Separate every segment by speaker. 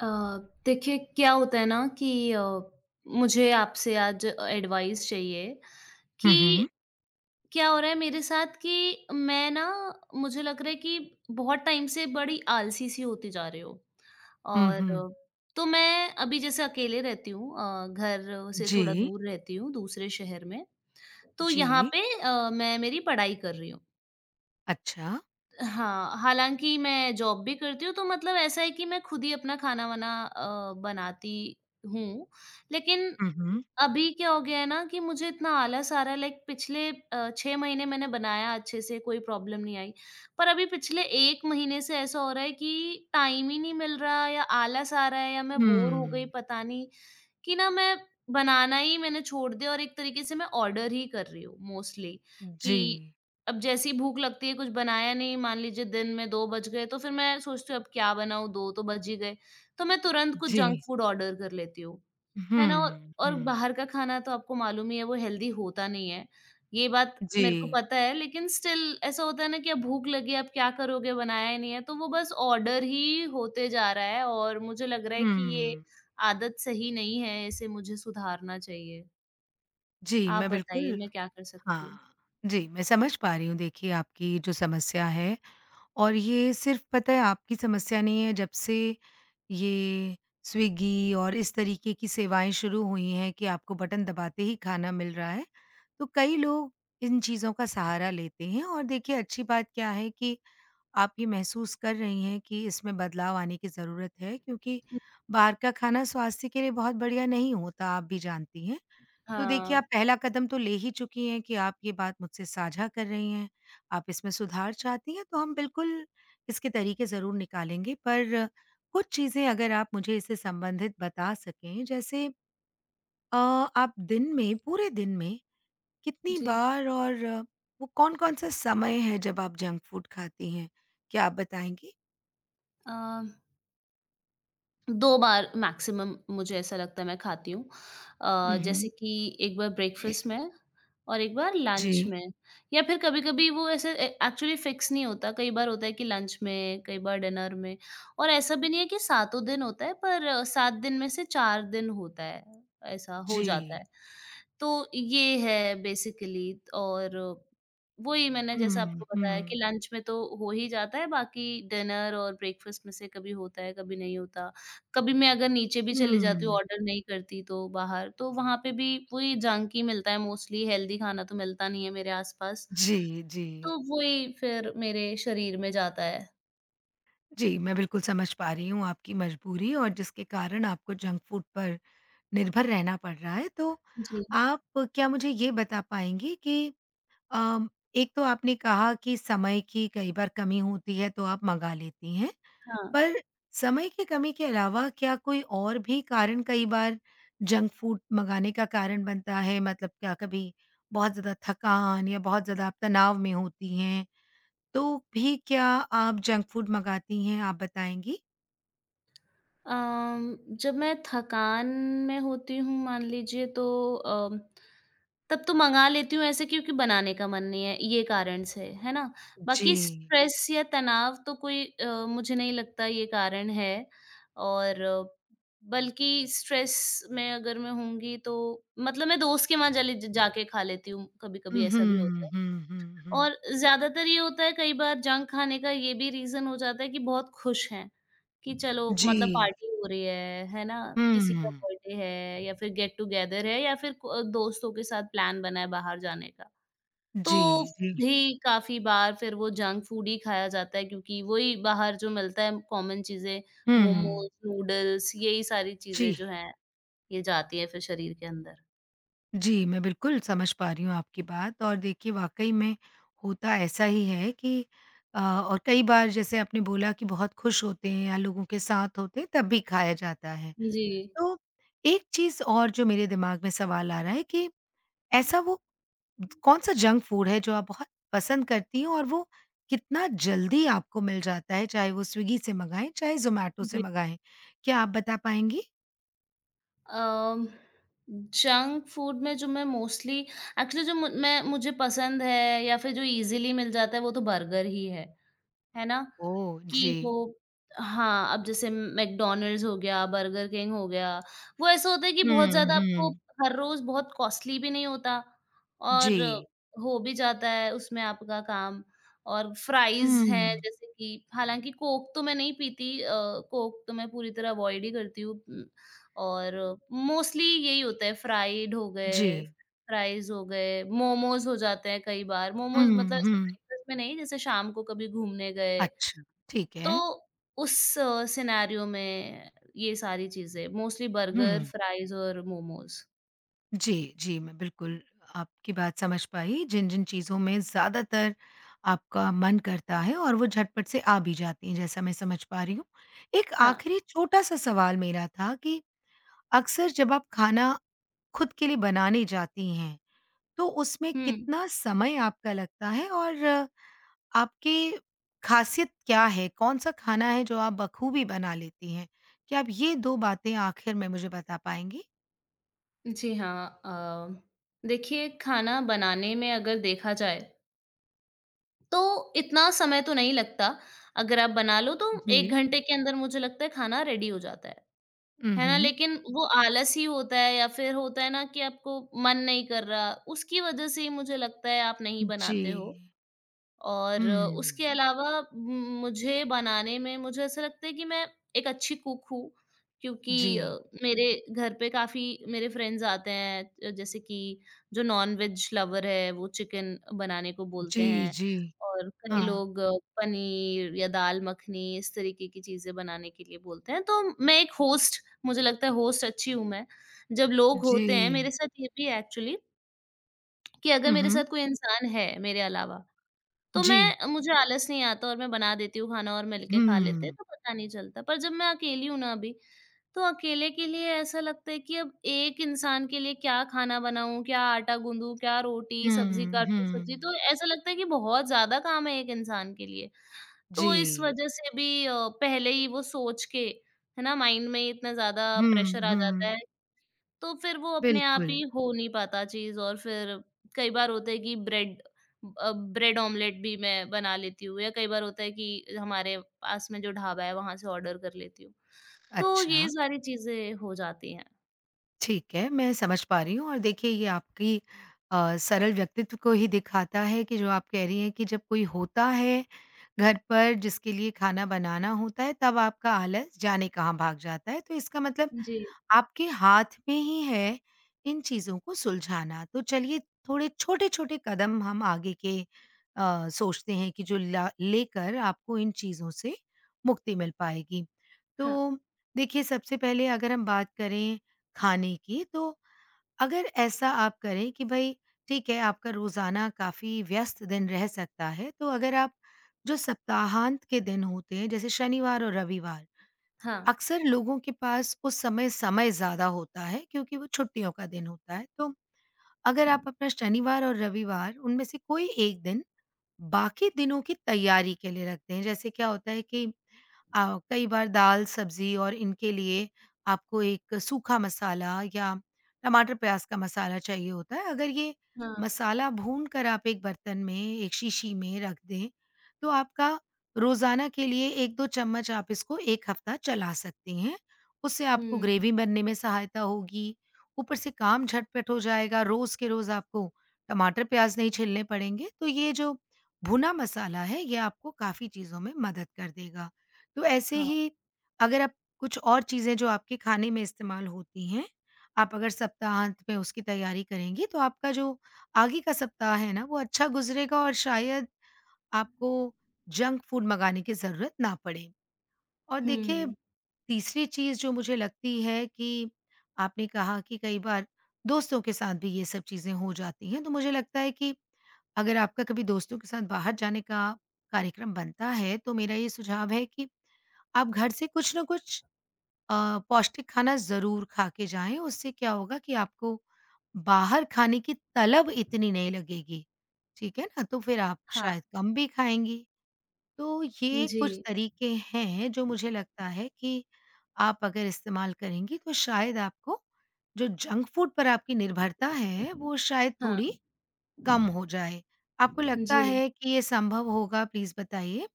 Speaker 1: अ, देखिए क्या होता है ना कि मुझे आपसे आज एडवाइस चाहिए कि
Speaker 2: हुँ, हुँ।
Speaker 1: क्या हो रहा है मेरे साथ कि मैं ना मुझे लग रहा है कि बहुत टाइम से बड़ी आलसी सी होती जा रही हूँ।
Speaker 2: हुँ,
Speaker 1: और
Speaker 2: हुँ।
Speaker 1: तो मैं अभी जैसे अकेले रहती हूँ, घर से थोड़ा
Speaker 2: जी,
Speaker 1: दूर रहती हूँ दूसरे शहर में। तो यहाँ
Speaker 2: जी।
Speaker 1: पे मैं मेरी पढ़ाई कर रही हूँ।
Speaker 2: अच्छा।
Speaker 1: हाँ, हालाँकि मैं जॉब भी करती हूँ, तो मतलब ऐसा है कि मैं खुद ही अपना खाना-वाना बनाती हूँ। लेकिन
Speaker 2: हुँ, हुँ।
Speaker 1: अभी क्या हो गया है ना कि मुझे इतना आलस आ रहा है, लाइक पिछले 6 महीने मैंने बनाया अच्छे से, कोई प्रॉब्लम नहीं आई। पर अभी पिछले 1 महीने से ऐसा हो रहा है कि टाइम ही नहीं मिल रहा या आलस आ रहा है या मैं बोर हो गई,
Speaker 2: हुँ।
Speaker 1: पता नहीं। कि ना मैं बनाना ही मैंने छोड़ दिया और एक तरीके से मैं ऑर्डर ही कर रही हूँ मोस्टली। कि
Speaker 2: जी,
Speaker 1: अब जैसी भूख लगती है कुछ बनाया नहीं, मान लीजिए दिन में 2 बज गए तो फिर मैं सोचती हूँ अब क्या बनाऊँ, 2 तो बज ही गए। तो मैं तुरंत कुछ
Speaker 2: जी।
Speaker 1: जंक फूड ऑर्डर कर लेती हूँ। है ना? और
Speaker 2: हुँ,
Speaker 1: और
Speaker 2: हुँ।
Speaker 1: बाहर का खाना तो आपको मालूम ही है वो हेल्दी होता नहीं है। ये बात
Speaker 2: जी।
Speaker 1: मेरे को पता है, लेकिन स्टिल ऐसा होता है ना कि अब भूख लगी, अब क्या करोगे, बनाया ही नहीं है, तो वो बस ऑर्डर ही होते जा रहा है और मुझे लग रहा है कि ये
Speaker 2: हुँ।
Speaker 1: आदत सही नहीं है, इसे मुझे सुधारना चाहिए।
Speaker 2: जी,
Speaker 1: आप
Speaker 2: मैं
Speaker 1: बताइए
Speaker 2: बिल्कुल
Speaker 1: मैं क्या कर सकती हूँ?
Speaker 2: हाँ। जी, मैं समझ पा रही हूँ। देखिए, आपकी जो समस्या है और ये सिर्फ़ पता है आपकी समस्या नहीं है। जब से ये स्विगी और इस तरीके की सेवाएँ शुरू हुई हैं कि आपको बटन दबाते ही खाना मिल रहा है, तो कई लोग इन चीज़ों का सहारा लेते हैं। और देखिए, अच्छी बात क्या है कि आप ये महसूस कर रही हैं कि इसमें बदलाव आने की ज़रूरत है, क्योंकि बाहर का खाना स्वास्थ्य के लिए बहुत बढ़िया नहीं होता, आप भी जानती हैं। तो देखिए,
Speaker 1: हाँ,
Speaker 2: आप पहला कदम तो ले ही चुकी हैं कि आप ये बात मुझसे साझा कर रही हैं, आप इसमें सुधार चाहती हैं, तो हम बिल्कुल इसके तरीके ज़रूर निकालेंगे। पर कुछ चीज़ें अगर आप मुझे इससे संबंधित बता सकें, जैसे अ, आप दिन में, पूरे दिन में कितनी
Speaker 1: जी।
Speaker 2: बार, और वो कौन-कौन सा समय है जब आप जंक फूड खाती हैं? क्या आप बताएँगी?
Speaker 1: अ 2 बार मैक्सिमम मुझे ऐसा लगता है मैं खाती हूँ।
Speaker 2: हुँ,
Speaker 1: जैसे
Speaker 2: हुँ।
Speaker 1: कि एक बार ब्रेकफ़ास्ट में और एक बार लंच
Speaker 2: जी,
Speaker 1: में। या फिर कभी-कभी वो ऐसे ए एक्चुअली फ़िक्स नहीं होता। कई बार होता है कि लंच में, कई बार डिनर में। और ऐसा भी नहीं है कि सातों दिन होता है, पर 7 दिन में से 4 दिन होता है, ऐसा हो
Speaker 2: जी।
Speaker 1: जाता है। तो ये है बेसिकली। और वही मैंने जैसा
Speaker 2: हुँ,
Speaker 1: आपको बताया कि
Speaker 2: हुँ।
Speaker 1: लंच में तो हो ही जाता है, बाकी डिनर और ब्रेकफ़ास्ट में से कभी होता है, कभी नहीं होता। कभी मैं अगर नीचे भी चली जाती हूँ
Speaker 2: हुँ।
Speaker 1: ऑर्डर नहीं करती तो बाहर, तो वहाँ पे भी वही जंक ही मिलता है मोस्टली, हेल्दी खाना तो मिलता नहीं है मेरे आस-पास,
Speaker 2: जी, जी।
Speaker 1: तो वही फिर मेरे शरीर में जाता है।
Speaker 2: जी, मैं बिल्कुल समझ पा रही हूँ आपकी मजबूरी, और जिसके कारण आपको जंक फूड पर निर्भर रहना पड़ रहा है। तो
Speaker 1: जी,
Speaker 2: आप क्या मुझे ये बता पाएँगी कि अम, एक तो आपने कहा कि समय की कई बार कमी होती है, तो आप मँगा लेती हैं।
Speaker 1: हाँ।
Speaker 2: पर समय की कमी के अलावा क्या कोई और भी कारण कई बार जंक फूड मँगाने का कारण बनता है? मतलब क्या कभी बहुत ज़्यादा थकान या बहुत ज़्यादा आप तनाव में होती हैं, तो भी क्या आप जंक फूड मँगाती हैं? आप बताएँगी?
Speaker 1: जब मैं थकान में होती हूँ मान लीजिए, तो अम तब तो मँगा लेती हूँ ऐसे, क्योंकि बनाने का मन नहीं है, ये कारण से, है ना?
Speaker 2: जी।
Speaker 1: बाकी स्ट्रेस या तनाव तो कोई मुझे नहीं लगता ये कारण है। और बल्कि स्ट्रेस में अगर मैं होंगी तो मतलब मैं दोस्त के वहाँ चली ज जाके खा लेती हूँ, कभी-कभी
Speaker 2: हुँ, हुँ,
Speaker 1: ऐसा भी होता है।
Speaker 2: हुँ, हुँ, हुँ।
Speaker 1: और ज़्यादातर ये होता है, कई बार जंक खाने का ये भी रीज़न हो जाता है कि बहुत खुश हैं। कि चलो
Speaker 2: जी।
Speaker 1: मतलब पार्टी हो रही है ना? किसी का
Speaker 2: हुँ।
Speaker 1: बर्थडे है या फिर गेट टुगेदर है या फिर को दोस्तों के साथ प्लान बना है बाहर जाने का।
Speaker 2: जी,
Speaker 1: तो
Speaker 2: जी।
Speaker 1: भी काफ़ी बार फिर वो जंक फूड ही खाया जाता है, क्योंकि वही बाहर जो मिलता है कॉमन चीज़ें,
Speaker 2: हुँ।
Speaker 1: मोमोज़, नूडल्स, यही सारी चीज़ें
Speaker 2: जी।
Speaker 1: जो हैं, ये जाती हैं फिर शरीर के अंदर।
Speaker 2: जी, मैं बिल्कुल समझ पा रही हूँ आपकी बात। और देखिए, वाक़ई में होता ऐसा ही है कि और कई बार जैसे आपने बोला कि बहुत खुश होते हैं या लोगों के साथ होते हैं, तब भी खाया जाता है।
Speaker 1: जी।
Speaker 2: तो एक चीज़ और जो मेरे दिमाग में सवाल आ रहा है कि ऐसा वो कौन सा जंक फूड है जो आप बहुत पसंद करती हो, और वो कितना जल्दी आपको मिल जाता है, चाहे वो स्विगी से मँगाएँ, चाहे ज़ोमैटो से
Speaker 1: जी।
Speaker 2: मँगाएँ? क्या आप बता पाएँगी?
Speaker 1: अम, जंक फूड में जो मैं मोस्टली एक्चुअली, जो मु- मैं मुझे पसंद है या फिर जो इजीली मिल जाता है, वो तो बर्गर ही है ना?
Speaker 2: ओह! जी।
Speaker 1: कि वो हाँ, अब जैसे मैकडॉनल्ड्स हो गया, बर्गर किंग हो गया, वो ऐसा होता है कि बहुत
Speaker 2: हुँ,
Speaker 1: ज़्यादा आपको
Speaker 2: हुँ।
Speaker 1: हर रोज़ बहुत कॉस्टली भी नहीं होता, और
Speaker 2: जी।
Speaker 1: हो भी जाता है उसमें आपका काम। और फ्राइज़ हैं
Speaker 2: हुँ।
Speaker 1: जैसे कि, हालाँकि कोक तो मैं नहीं पीती, कोक तो मैं पूरी तरह अवॉइड ही करती हूँ, और मोस्टली यही होता है, फ्राइड हो
Speaker 2: जी।
Speaker 1: गए, फ्राइज़ हो गए, मोमोज़ हो जाते हैं कई बार। मोमोज़
Speaker 2: हुँ,
Speaker 1: मतलब ऐसे
Speaker 2: हुँ।
Speaker 1: ब्रेकफ़ास्ट में नहीं, जैसे शाम को कभी घूमने गए,
Speaker 2: अच्छा, ठीक
Speaker 1: तो
Speaker 2: है।
Speaker 1: उस सिनेरियो में ये सारी चीज़ें, मोस्टली बर्गर,
Speaker 2: हुँ।
Speaker 1: फ्राइज़ और मोमोज़।
Speaker 2: जी, जी, मैं बिल्कुल आपकी बात समझ पाई, जिन-जिन चीज़ों में ज़्यादातर आपका मन करता है और वो झटपट से आ भी जाती हैं, जैसा मैं समझ पा रही हूँ। एक
Speaker 1: हाँ।
Speaker 2: आखिरी छोटा-सा सवाल मेरा था कि अक्सर जब आप खाना खुद के लिए बनाने जाती हैं, तो उसमें
Speaker 1: हुँ।
Speaker 2: कितना समय आपका लगता है, और आपकी ख़ासियत क्या है? कौन-सा खाना है जो आप बखूबी बना लेती हैं? क्या आप ये 2 बातें आखिर में मुझे बता पाएँगी?
Speaker 1: जी हाँ। देखिए खाना बनाने में अगर देखा जाए, तो इतना समय तो नहीं लगता। अगर आप बना लो तो
Speaker 2: जी।
Speaker 1: 1 घंटे के अंदर मुझे लगता है खाना रेडी हो जाता है।
Speaker 2: हुँ,
Speaker 1: है ना?
Speaker 2: हुँ।
Speaker 1: लेकिन वो आलस ही होता है या फिर होता है ना कि आपको मन नहीं कर रहा, उसकी वज़ह से ही मुझे लगता है आप नहीं
Speaker 2: जी।
Speaker 1: बनाते हो।
Speaker 2: हुँ।
Speaker 1: और उसके अलावा म मुझे बनाने में मुझे ऐसा लगता है कि मैं एक अच्छी कुक हूँ, क्योंकि
Speaker 2: जी।
Speaker 1: मेरे घर पे काफ़ी मेरे फ्रेंड्स आते हैं, जैसे कि जो नॉन-वेज लवर है, वो चिकन बनाने को बोलते
Speaker 2: जी,
Speaker 1: हैं
Speaker 2: जी।
Speaker 1: और कई
Speaker 2: हाँ।
Speaker 1: लोग पनीर या दाल मखनी, इस तरीके की चीज़ें बनाने के लिए बोलते हैं। तो मैं एक होस्ट मुझे लगता है होस्ट अच्छी हूँ मैं। जब लोग
Speaker 2: जी।
Speaker 1: होते हैं मेरे साथ ये भी है एक्चुअली, कि अगर
Speaker 2: हुँ,
Speaker 1: मेरे
Speaker 2: हुँ।
Speaker 1: साथ कोई इंसान है मेरे अलावा, तो
Speaker 2: जी।
Speaker 1: मैं मुझे आलस नहीं आता और मैं बना देती हूँ खाना और मिल के खा लेते हैं,
Speaker 2: हुँ।
Speaker 1: तो पता नहीं चलता। पर जब मैं अकेली हूँ ना अभी, तो अकेले के लिए ऐसा लगता है कि अब एक इंसान के लिए क्या खाना बनाऊँ, क्या आटा गूँधूँ, क्या रोटी, सब्ज़ी
Speaker 2: हुँ,
Speaker 1: काटूँ, सब्ज़ी,
Speaker 2: हुँ।
Speaker 1: तो ऐसा लगता है कि बहुत ज़्यादा काम है एक इंसान के लिए। तो इस
Speaker 2: जी।
Speaker 1: वज़ह से भी पहले ही वो सोच के, है ना, माइंड में इतना ज़्यादा
Speaker 2: हुँ,
Speaker 1: प्रेशर आ जाता
Speaker 2: हुँ।
Speaker 1: है, तो फिर वो अपने आप
Speaker 2: बिल्कुल।
Speaker 1: ही हो नहीं पाता चीज़। और फिर कई बार होता है कि ब्रेड ऑमलेट भी मैं बना लेती हूँ या कई बार होता है कि हमारे पास में जो ढाबा है वहाँ से ऑर्डर कर लेती हूँ। तो ये
Speaker 2: अच्छा।
Speaker 1: सारी चीज़ें हो जाती हैं।
Speaker 2: ठीक है, मैं समझ पा रही हूँ। और देखिए, ये आपकी सरल व्यक्तित्व को ही दिखाता है कि जो आप कह रही हैं कि जब कोई होता है घर पर जिसके लिए खाना बनाना होता है, तब आपका आलस जाने कहाँ भाग जाता है। तो इसका मतलब
Speaker 1: जी।
Speaker 2: आपके हाथ में ही है इन चीज़ों को सुलझाना। तो चलिए, थोड़े छोटे-छोटे कदम हम आगे के सोचते हैं कि जो ला लेकर आपको इन चीज़ों से मुक्ति मिल पाएगी। तो
Speaker 1: हाँ,
Speaker 2: देखिए, सबसे पहले अगर हम बात करें खाने की, तो अगर ऐसा आप करें कि भई ठीक है, आपका रोज़ाना काफ़ी व्यस्त दिन रह सकता है, तो अगर आप जो सप्ताहांत के दिन होते हैं जैसे शनिवार और रविवार,
Speaker 1: हाँ,
Speaker 2: अक्सर लोगों के पास उस समय समय ज़्यादा होता है क्योंकि वो छुट्टियों का दिन होता है। तो अगर आप अपना शनिवार और रविवार उनमें से कोई एक दिन बाकी दिनों की तैयारी के लिए रखते हैं। जैसे क्या होता है कि कई बार दाल-सब्ज़ी और इनके लिए आपको एक सूखा मसाला या टमाटर-प्याज़ का मसाला चाहिए होता है। अगर ये
Speaker 1: हाँ।
Speaker 2: मसाला भून कर आप एक बर्तन में, एक शीशी में रख दें, तो आपका रोज़ाना के लिए 1-2 चम्मच आप इसको 1 हफ्ता चला सकती हैं। उससे आपको
Speaker 1: हुँ,
Speaker 2: ग्रेवी बनने में सहायता होगी, ऊपर से काम झटपट हो जाएगा, रोज़ के रोज़ आपको टमाटर-प्याज़ नहीं छिलने पड़ेंगे। तो ये जो भुना मसाला है, ये आपको काफ़ी चीज़ों में मदद कर देगा। तो ऐसे
Speaker 1: हाँ।
Speaker 2: ही अगर आप कुछ और चीज़ें जो आपके खाने में इस्तेमाल होती हैं, आप अगर सप्ताहांत में उसकी तैयारी करेंगी, तो आपका जो आगे का सप्ताह है ना, वो अच्छा गुज़रेगा और शायद आपको जंक फूड मँगाने की ज़रूरत ना पड़े। और देखिए,
Speaker 1: हुँ,
Speaker 2: तीसरी चीज़ जो मुझे लगती है कि आपने कहा कि कई बार दोस्तों के साथ भी ये सब चीज़ें हो जाती हैं, तो मुझे लगता है कि अगर आपका कभी दोस्तों के साथ बाहर जाने का कार्यक्रम बनता है, तो मेरा ये सुझाव है कि आप घर से कुछ न कुछ पौष्टिक खाना ज़रूर खा के जाएँ। उससे क्या होगा कि आपको बाहर खाने की तलब इतनी नहीं लगेगी, ठीक है ना? तो फिर आप
Speaker 1: हाँ।
Speaker 2: शायद कम भी खाएँगी। तो ये
Speaker 1: जी।
Speaker 2: कुछ तरीके हैं जो मुझे लगता है कि आप अगर इस्तेमाल करेंगी तो शायद आपको, जो जंक फूड पर आपकी निर्भरता है, वो शायद थोड़ी
Speaker 1: हाँ।
Speaker 2: कम हो जाए। आपको लगता
Speaker 1: जी।
Speaker 2: है कि ये संभव होगा? प्लीज़ बताइए।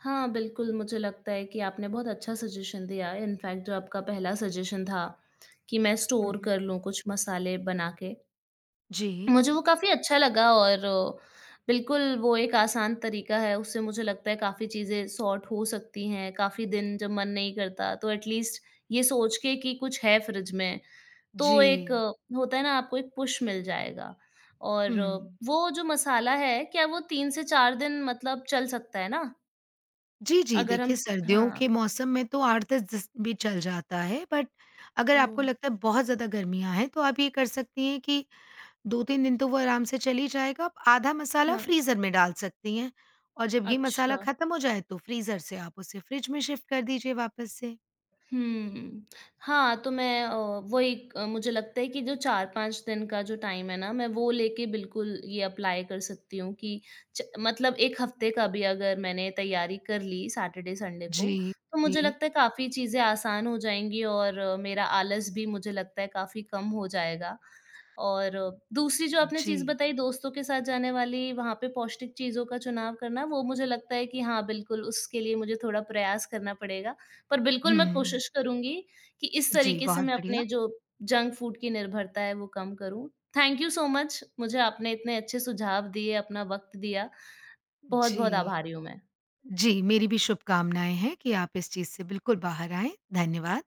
Speaker 1: हाँ, बिल्कुल मुझे लगता है कि आपने बहुत अच्छा सजेशन दिया है। इनफैक्ट जो आपका पहला सजेशन था कि मैं
Speaker 2: हुँ,
Speaker 1: स्टोर
Speaker 2: हुँ।
Speaker 1: कर लूँ कुछ मसाले बना के,
Speaker 2: जी,
Speaker 1: मुझे वो काफ़ी अच्छा लगा। और बिल्कुल वो एक आसान तरीका है, उससे मुझे लगता है काफ़ी चीज़ें सॉर्ट हो सकती हैं, काफ़ी दिन जब मन नहीं करता तो एटलीस्ट ये सोच के कि कुछ है फ्रिज में,
Speaker 2: जी।
Speaker 1: तो एक होता है ना, आपको एक पुश मिल जाएगा।
Speaker 2: हुँ।
Speaker 1: और वो जो मसाला है, क्या वो 3 से 4 दिन मतलब चल सकता है ना?
Speaker 2: जी, जी।
Speaker 1: अगर हम
Speaker 2: देखिए, सर्दियों
Speaker 1: हाँ,
Speaker 2: के मौसम में तो 8-10 दिस भी चल जाता है, बट अगर
Speaker 1: ओह!
Speaker 2: आपको लगता है बहुत ज़्यादा गर्मियाँ हैं तो आप ये कर सकती हैं कि 2-3 दिन तो वो आराम से चल ही जाएगा। आप आधा मसाला
Speaker 1: हाँ,
Speaker 2: फ्रीज़र में डाल सकती हैं, और जब ये
Speaker 1: अच्छा।
Speaker 2: मसाला खत्म हो जाए तो फ्रीज़र से आप उसे फ्रिज में शिफ्ट कर दीजिए वापस से।
Speaker 1: हुँ। हाँ, तो मैं वही मुझे लगता है कि जो 4-5 दिन का जो टाइम है ना, मैं वो लेके बिल्कुल ये अप्लाई कर सकती हूँ कि च मतलब 1 हफ़्ते का भी अगर मैंने तैयारी कर ली सैटरडे, संडे को,
Speaker 2: जी,
Speaker 1: तो मुझे
Speaker 2: जी,
Speaker 1: लगता है काफ़ी चीज़ें आसान हो जाएँगी और मेरा आलस भी मुझे लगता है काफ़ी कम हो जाएगा। और दूसरी जो आपने
Speaker 2: जी।
Speaker 1: चीज़ बताई दोस्तों के साथ जाने वाली, वहाँ पे पौष्टिक चीज़ों का चुनाव करना, वो मुझे लगता है कि हाँ, बिल्कुल उसके लिए मुझे थोड़ा प्रयास करना पड़ेगा। पर बिल्कुल मैं
Speaker 2: हुँ।
Speaker 1: कोशिश करूँगी कि इस
Speaker 2: जी,
Speaker 1: तरीके से
Speaker 2: बहुत
Speaker 1: मैं
Speaker 2: बढ़िया।
Speaker 1: अपने जो जंक फूड की निर्भरता है वो कम करूँ। थैंक यू सो मच, मुझे आपने इतने अच्छे सुझाव दिए, अपना वक़्त दिया। बहुत-बहुत
Speaker 2: जी।
Speaker 1: आभारी हूँ मैं।
Speaker 2: जी, मेरी भी शुभकामनाएँ हैं कि आप इस चीज़ से बिल्कुल बाहर आएँ। धन्यवाद।